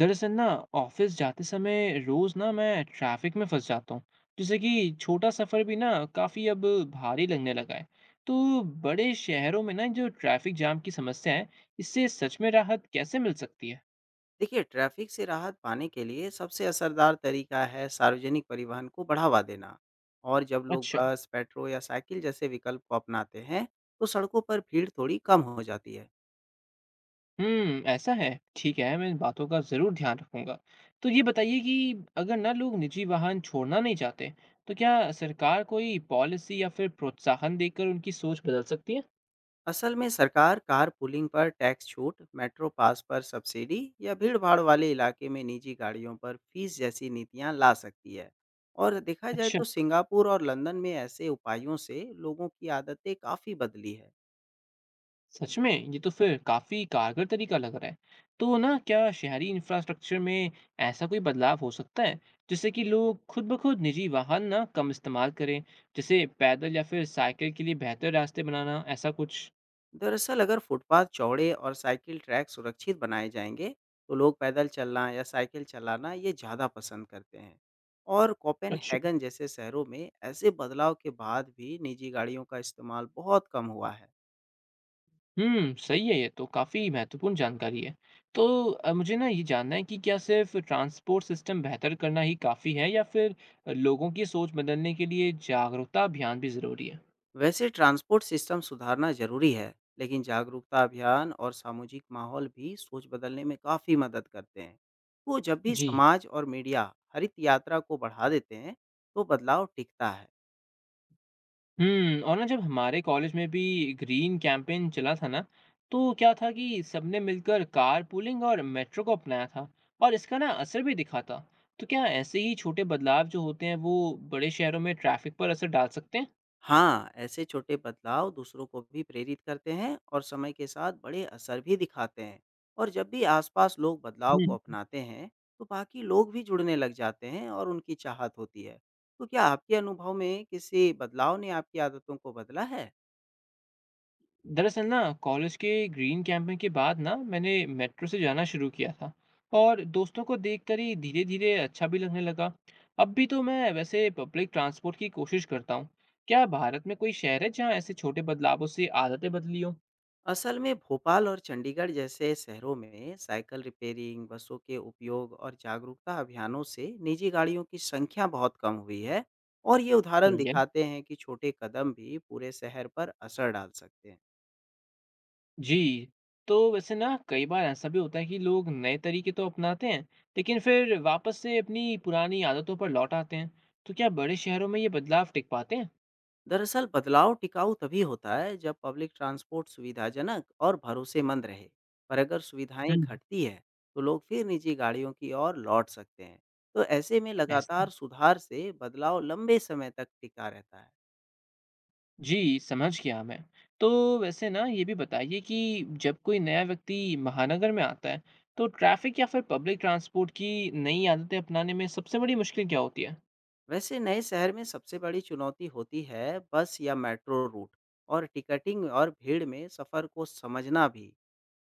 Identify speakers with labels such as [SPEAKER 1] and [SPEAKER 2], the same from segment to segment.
[SPEAKER 1] दरअसल ना ऑफिस जाते समय रोज ना मैं ट्रैफिक में फंस जाता हूँ। जैसे कि छोटा सफर भी ना काफी अब भारी लगने लगा है। तो बड़े शहरों में ना जो ट्रैफिक जाम की समस्या है, इससे सच में राहत कैसे मिल सकती है।
[SPEAKER 2] देखिए, ट्रैफ़िक से राहत पाने के लिए सबसे असरदार तरीका है सार्वजनिक परिवहन को बढ़ावा देना। और जब लोग
[SPEAKER 1] अच्छा।
[SPEAKER 2] बस, मेट्रो या साइकिल जैसे विकल्प को अपनाते हैं, तो सड़कों पर भीड़ थोड़ी कम हो जाती है।
[SPEAKER 1] हम्म, ऐसा है। ठीक है, मैं इन बातों का जरूर ध्यान रखूंगा। तो ये बताइए कि अगर ना लोग निजी वाहन छोड़ना नहीं चाहते, तो क्या सरकार कोई पॉलिसी या फिर प्रोत्साहन देकर उनकी सोच बदल सकती है।
[SPEAKER 2] असल में सरकार कार पूलिंग पर टैक्स छूट, मेट्रो पास पर सब्सिडी या भीड़-भाड़ वाले इलाके में निजी गाड़ियों पर फीस जैसी नीतियाँ ला सकती है। और देखा जाए
[SPEAKER 1] अच्छा,
[SPEAKER 2] तो सिंगापुर और लंदन में ऐसे उपायों से लोगों की आदतें काफ़ी बदली है।
[SPEAKER 1] सच में ये तो फिर काफी कारगर तरीका लग रहा है। तो ना क्या शहरी इंफ्रास्ट्रक्चर में ऐसा कोई बदलाव हो सकता है जिससे कि लोग खुद ब खुद निजी वाहन ना कम इस्तेमाल करें, जैसे पैदल या फिर साइकिल के लिए बेहतर रास्ते बनाना, ऐसा कुछ।
[SPEAKER 2] दरअसल अगर फुटपाथ चौड़े और साइकिल ट्रैक सुरक्षित बनाए जाएंगे, तो लोग पैदल चलना या साइकिल चलाना ये ज़्यादा पसंद करते हैं। और
[SPEAKER 1] अच्छा।
[SPEAKER 2] कोपेनहेगन जैसे शहरों में ऐसे बदलाव के बाद भी निजी गाड़ियों का इस्तेमाल बहुत कम हुआ है।
[SPEAKER 1] हम्म, सही है, ये तो काफी महत्वपूर्ण जानकारी है। तो मुझे ना ये जानना है कि क्या सिर्फ ट्रांसपोर्ट सिस्टम बेहतर करना ही काफी है या फिर लोगों की सोच बदलने के लिए जागरूकता अभियान भी जरूरी है।
[SPEAKER 2] वैसे ट्रांसपोर्ट सिस्टम सुधारना ज़रूरी है, लेकिन जागरूकता अभियान और सामाजिक माहौल भी सोच बदलने में काफ़ी मदद करते हैं। तो जब भी
[SPEAKER 1] जी।
[SPEAKER 2] समाज और मीडिया हरित यात्रा को बढ़ा देते हैं, तो बदलाव टिकता है।
[SPEAKER 1] हुँ, और ना जब हमारे कॉलेज में भी ग्रीन कैंपेन चला था ना, तो क्या था कि सबने मिलकर कारपूलिंग और मेट्रो को अपनाया था, और इसका ना असर भी दिखा था। तो क्या ऐसे ही छोटे बदलाव जो होते हैं, वो बड़े शहरों में ट्रैफिक पर असर डाल सकते हैं?
[SPEAKER 2] हाँ, ऐसे छोटे बदलाव दूसरों को भी प्रेरित करते हैं और समय के साथ बड़े असर भी दिखाते हैं। और जब भी आसपास लोग बदलाव को
[SPEAKER 1] हुँ।
[SPEAKER 2] अपनाते हैं, तो बाकी लोग भी जुड़ने लग जाते हैं और उनकी चाहत होती है। तो क्या आपके अनुभव में किसी बदलाव ने आपकी आदतों को बदला है?
[SPEAKER 1] दरअसल ना कॉलेज के ग्रीन कैंपिंग के बाद ना मैंने मेट्रो से जाना शुरू किया था, और दोस्तों को देखकर ही धीरे धीरे अच्छा भी लगने लगा। अब भी तो मैं वैसे पब्लिक ट्रांसपोर्ट की कोशिश करता हूँ। क्या भारत में कोई शहर है जहाँ ऐसे छोटे बदलावों से आदतें बदली हो।
[SPEAKER 2] असल में भोपाल और चंडीगढ़ जैसे शहरों में साइकिल रिपेयरिंग, बसों के उपयोग और जागरूकता अभियानों से निजी गाड़ियों की संख्या बहुत कम हुई है। और ये उदाहरण
[SPEAKER 1] सही है।
[SPEAKER 2] दिखाते हैं कि छोटे कदम भी पूरे शहर पर असर डाल सकते हैं।
[SPEAKER 1] जी। तो वैसे ना कई बार ऐसा भी होता है कि लोग नए तरीके तो अपनाते हैं, लेकिन फिर वापस से अपनी पुरानी आदतों पर लौट आते हैं। तो क्या बड़े शहरों में ये बदलाव टिक पाते हैं।
[SPEAKER 2] दरअसल बदलाव टिकाऊ तभी होता है जब पब्लिक ट्रांसपोर्ट सुविधाजनक और भरोसेमंद रहे। पर अगर सुविधाएं
[SPEAKER 1] हम्म।
[SPEAKER 2] घटती है, तो लोग फिर निजी गाड़ियों की ओर लौट सकते हैं। तो ऐसे में
[SPEAKER 1] ऐसा।
[SPEAKER 2] लगातार सुधार से बदलाव लंबे समय तक टिका रहता है।
[SPEAKER 1] जी, समझ गया मैं। तो वैसे ना ये भी बताइए कि जब कोई नया व्यक्ति महानगर में आता है, तो ट्रैफ़िक या फिर पब्लिक ट्रांसपोर्ट की नई आदतें अपनाने में सबसे बड़ी मुश्किल क्या होती है?
[SPEAKER 2] वैसे नए शहर में सबसे बड़ी चुनौती होती है बस या मेट्रो रूट और टिकटिंग और भीड़ में सफ़र को समझना भी।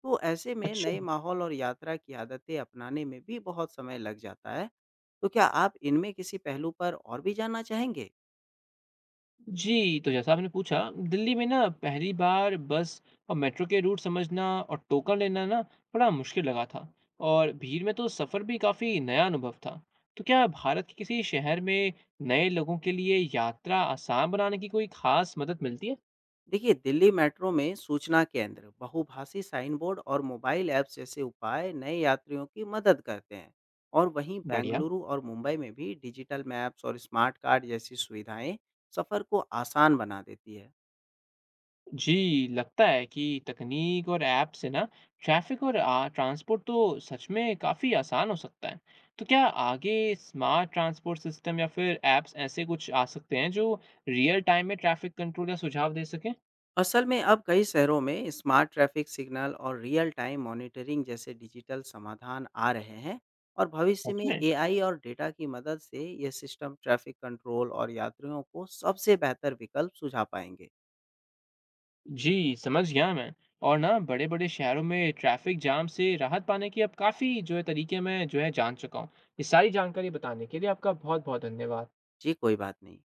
[SPEAKER 2] तो ऐसे में
[SPEAKER 1] अच्छा।
[SPEAKER 2] नए माहौल और यात्रा की आदतें अपनाने में भी बहुत समय लग जाता है। तो क्या आप इनमें किसी पहलू पर और भी जानना चाहेंगे?
[SPEAKER 1] जी, तो जैसा आपने पूछा, दिल्ली में ना पहली बार बस और मेट्रो के रूट समझना और टोकन लेना ना बड़ा मुश्किल लगा था, और भीड़ में तो सफ़र भी काफ़ी नया अनुभव था। तो क्या भारत के किसी शहर में नए लोगों के लिए यात्रा आसान बनाने की कोई ख़ास मदद मिलती है?
[SPEAKER 2] देखिए, दिल्ली मेट्रो में सूचना केंद्र, बहुभाषी साइन बोर्ड और मोबाइल ऐप्स जैसे उपाय नए यात्रियों की मदद करते हैं। और वहीं
[SPEAKER 1] बढ़िया।
[SPEAKER 2] बेंगलुरु और मुंबई में भी डिजिटल मैप्स और स्मार्ट कार्ड जैसी सुविधाएं सफ़र को आसान बना देती है।
[SPEAKER 1] जी, लगता है कि तकनीक और ऐप से ना ट्रैफिक और ट्रांसपोर्ट तो सच में काफ़ी आसान हो सकता है। तो क्या आगे स्मार्ट ट्रांसपोर्ट सिस्टम या फिर ऐप्स ऐसे कुछ आ सकते हैं जो रियल टाइम में ट्रैफिक कंट्रोल या सुझाव दे सकें?
[SPEAKER 2] असल में अब कई शहरों में स्मार्ट ट्रैफिक सिग्नल और रियल टाइम मॉनिटरिंग जैसे डिजिटल समाधान आ रहे हैं। और भविष्य
[SPEAKER 1] सच
[SPEAKER 2] में
[SPEAKER 1] में?
[SPEAKER 2] एआई और डेटा की मदद से यह सिस्टम ट्रैफिक कंट्रोल और यात्रियों को सबसे बेहतर विकल्प सुझा पाएंगे।
[SPEAKER 1] जी, समझ गया मैं। और ना बड़े-बड़े शहरों में ट्रैफिक जाम से राहत पाने की अब काफ़ी जो है तरीके मैं जो है जान चुका हूँ। ये सारी जानकारी बताने के लिए आपका बहुत-बहुत धन्यवाद।
[SPEAKER 2] जी, कोई बात नहीं।